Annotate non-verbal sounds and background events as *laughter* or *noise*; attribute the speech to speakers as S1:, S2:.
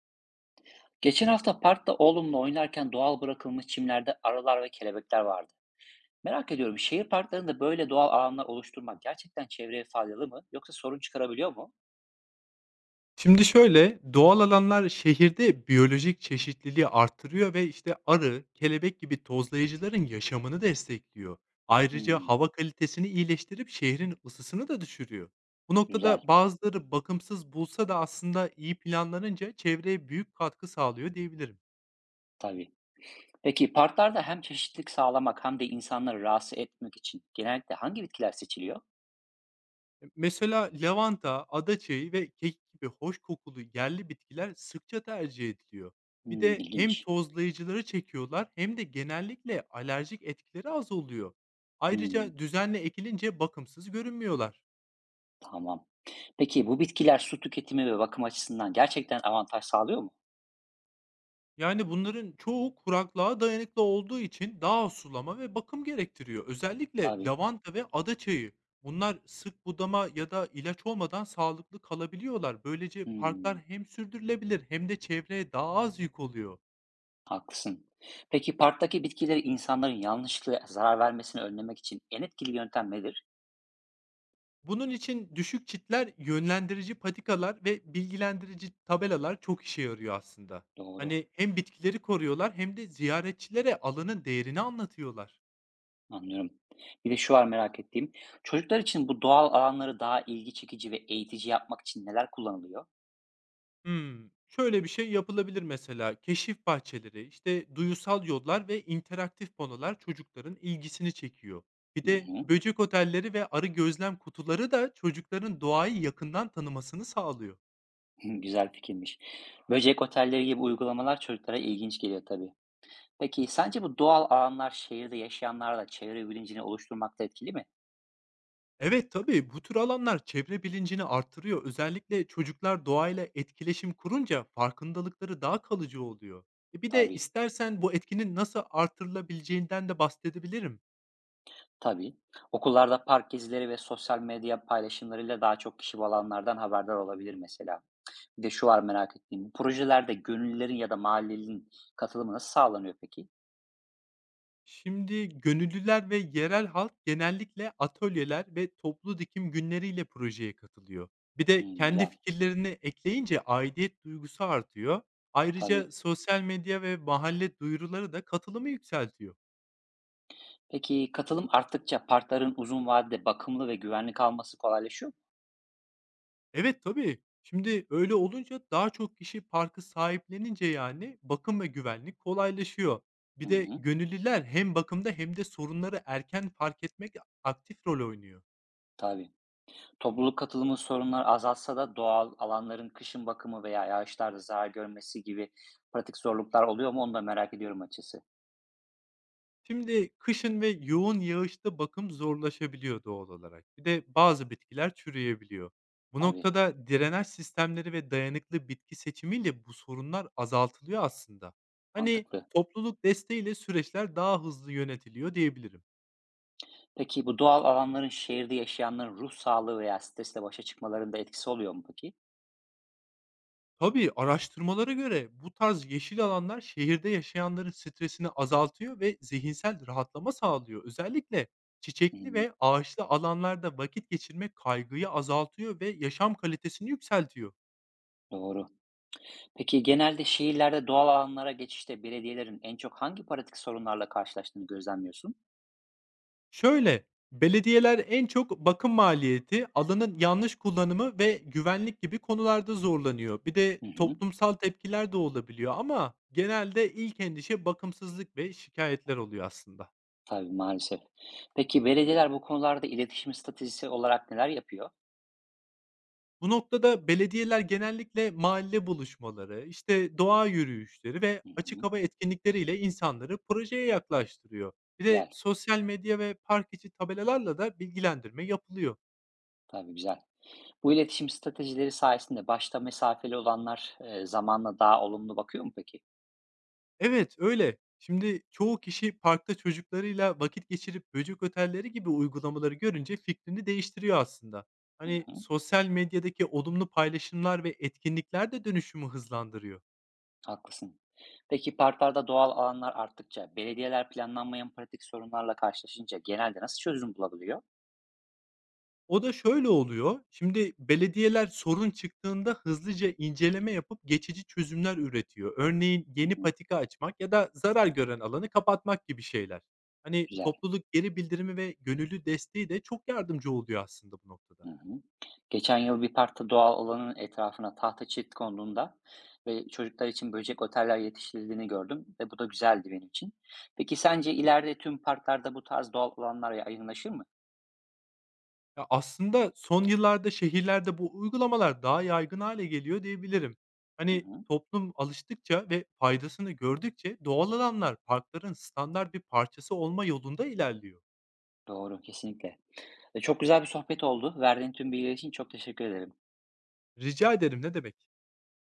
S1: Geçen hafta parkta oğlumla oynarken doğal bırakılmış çimlerde arılar ve kelebekler vardı. Merak ediyorum, şehir parklarında böyle doğal alanlar oluşturmak gerçekten çevreye faydalı mı yoksa sorun çıkarabiliyor mu?
S2: Şimdi şöyle, doğal alanlar şehirde biyolojik çeşitliliği artırıyor ve işte arı, kelebek gibi tozlayıcıların yaşamını destekliyor. Ayrıca
S1: Hmm,
S2: hava kalitesini iyileştirip şehrin ısısını da düşürüyor. Bu noktada
S1: güzel,
S2: bazıları bakımsız bulsa da aslında iyi planlanınca çevreye büyük katkı sağlıyor diyebilirim.
S1: tabii. Peki parklarda hem çeşitlilik sağlamak hem de insanları rahatsız etmek için genellikle hangi bitkiler seçiliyor?
S2: Mesela lavanta, adaçayı ve kekik gibi hoş kokulu yerli bitkiler sıkça tercih ediliyor. Bir
S1: Hmm,
S2: de hem
S1: ilginç.
S2: tozlayıcıları çekiyorlar hem de genellikle alerjik etkileri az oluyor.
S1: Hmm,
S2: Ayrıca düzenli ekilince bakımsız görünmüyorlar.
S1: tamam. Peki bu bitkiler su tüketimi ve bakım açısından gerçekten avantaj sağlıyor mu?
S2: Yani bunların çoğu kuraklığa dayanıklı olduğu için daha az sulama ve bakım gerektiriyor. Özellikle
S1: Tabii.
S2: lavanta ve adaçayı. Bunlar sık budama ya da ilaç olmadan sağlıklı kalabiliyorlar. Böylece parklar
S1: Hmm.
S2: hem sürdürülebilir hem de çevreye daha az yük oluyor.
S1: Haklısın. Peki parktaki bitkileri insanların yanlışlıkla zarar vermesini önlemek için en etkili yöntem nedir?
S2: Bunun için düşük çitler, yönlendirici patikalar ve bilgilendirici tabelalar çok işe yarıyor aslında.
S1: Doğru,
S2: Hani hem bitkileri koruyorlar hem de ziyaretçilere alanın değerini anlatıyorlar.
S1: anlıyorum. Bir de şu var merak ettiğim. Çocuklar için bu doğal alanları daha ilgi çekici ve eğitici yapmak için neler kullanılıyor?
S2: Hmm, şöyle bir şey yapılabilir mesela. Keşif bahçeleri, işte duyusal yollar ve interaktif panolar çocukların ilgisini çekiyor. Bir
S1: Hı
S2: de
S1: hı.
S2: böcek otelleri ve arı gözlem kutuları da çocukların doğayı yakından tanımasını sağlıyor.
S1: *laughs* Güzel fikirmiş. Böcek otelleri gibi uygulamalar çocuklara ilginç geliyor tabii. Peki sence bu doğal alanlar şehirde yaşayanlarla çevre bilincini oluşturmakta etkili mi?
S2: Evet, tabii, bu tür alanlar çevre bilincini artırıyor. Özellikle çocuklar doğayla etkileşim kurunca farkındalıkları daha kalıcı oluyor. Bir de
S1: Tabii.
S2: istersen bu etkinin nasıl artırılabileceğinden de bahsedebilirim.
S1: Tabii. Okullarda park gezileri ve sosyal medya paylaşımlarıyla daha çok kişi bu alanlardan haberdar olabilir mesela. Bir de şu var merak ettiğim. Bu projelerde gönüllülerin ya da mahallelinin katılımı nasıl sağlanıyor peki?
S2: Şimdi gönüllüler ve yerel halk genellikle atölyeler ve toplu dikim günleriyle projeye katılıyor. Bir de
S1: Hmm,
S2: kendi
S1: güzel.
S2: fikirlerini ekleyince aidiyet duygusu artıyor. Ayrıca
S1: Tabii.
S2: sosyal medya ve mahalle duyuruları da katılımı yükseltiyor.
S1: Peki katılım arttıkça parkların uzun vadede bakımlı ve güvenli kalması kolaylaşıyor mu?
S2: Evet, tabii. Şimdi öyle olunca daha çok kişi parkı sahiplenince, yani, bakım ve güvenlik kolaylaşıyor. Bir
S1: Hı
S2: de
S1: hı,
S2: gönüllüler hem bakımda hem de sorunları erken fark etmek aktif rol oynuyor.
S1: tabii. Topluluk katılımı sorunlar azalsa da doğal alanların kışın bakımı veya yağışlarda zarar görmesi gibi pratik zorluklar oluyor mu? Onu da merak ediyorum açısı.
S2: Şimdi kışın ve yoğun yağışta bakım zorlaşabiliyor doğal olarak. Bir de bazı bitkiler çürüyebiliyor. Bu
S1: Tabii.
S2: noktada drenaj sistemleri ve dayanıklı bitki seçimiyle bu sorunlar azaltılıyor aslında. Hani,
S1: Mantıklı.
S2: topluluk desteğiyle süreçler daha hızlı yönetiliyor diyebilirim.
S1: Peki bu doğal alanların şehirde yaşayanların ruh sağlığı veya stresle başa çıkmalarında etkisi oluyor mu peki?
S2: Tabii, araştırmalara göre bu tarz yeşil alanlar şehirde yaşayanların stresini azaltıyor ve zihinsel rahatlama sağlıyor. Özellikle çiçekli
S1: Hmm,
S2: ve ağaçlı alanlarda vakit geçirmek kaygıyı azaltıyor ve yaşam kalitesini yükseltiyor.
S1: doğru. Peki genelde şehirlerde doğal alanlara geçişte belediyelerin en çok hangi pratik sorunlarla karşılaştığını gözlemliyorsun?
S2: Şöyle, belediyeler en çok bakım maliyeti, alanın yanlış kullanımı ve güvenlik gibi konularda zorlanıyor. Bir de
S1: Hı hı,
S2: toplumsal tepkiler de olabiliyor ama genelde ilk endişe bakımsızlık ve şikayetler oluyor aslında.
S1: tabii maalesef. Peki belediyeler bu konularda iletişim stratejisi olarak neler yapıyor?
S2: Bu noktada belediyeler genellikle mahalle buluşmaları, işte doğa yürüyüşleri ve
S1: Hı
S2: açık
S1: hı,
S2: hava etkinlikleriyle insanları projeye yaklaştırıyor. Bir de
S1: güzel,
S2: sosyal medya ve park içi tabelalarla da bilgilendirme yapılıyor.
S1: tabii güzel. Bu iletişim stratejileri sayesinde başta mesafeli olanlar zamanla daha olumlu bakıyor mu peki?
S2: Evet, öyle. Şimdi çoğu kişi parkta çocuklarıyla vakit geçirip böcek ötelleri gibi uygulamaları görünce fikrini değiştiriyor aslında.
S1: Hı
S2: Hani
S1: hı.
S2: sosyal medyadaki olumlu paylaşımlar ve etkinlikler de dönüşümü hızlandırıyor.
S1: Haklısın. Peki parklarda doğal alanlar arttıkça belediyeler planlanmayan pratik sorunlarla karşılaşınca genelde nasıl çözüm bulabiliyor?
S2: O da şöyle oluyor, şimdi belediyeler sorun çıktığında hızlıca inceleme yapıp geçici çözümler üretiyor. Örneğin
S1: Hı
S2: yeni
S1: hı,
S2: patika açmak ya da zarar gören alanı kapatmak gibi şeyler. Hani
S1: güzel.
S2: topluluk geri bildirimi ve gönüllü desteği de çok yardımcı oluyor aslında bu noktada.
S1: Hı hı. Geçen yıl bir parkta doğal alanın etrafına tahta çit konduğunda ve çocuklar için böcek oteller yetiştirildiğini gördüm ve bu da güzeldi benim için. Peki sence ileride tüm parklarda bu tarz doğal alanlar yaygınlaşır mı?
S2: Ya aslında son yıllarda şehirlerde bu uygulamalar daha yaygın hale geliyor diyebilirim.
S1: Hı
S2: Hani
S1: hı.
S2: toplum alıştıkça ve faydasını gördükçe doğal alanlar parkların standart bir parçası olma yolunda ilerliyor.
S1: Doğru, kesinlikle. Çok güzel bir sohbet oldu. Verdiğin tüm bilgiler için çok teşekkür ederim.
S2: Rica ederim ne demek.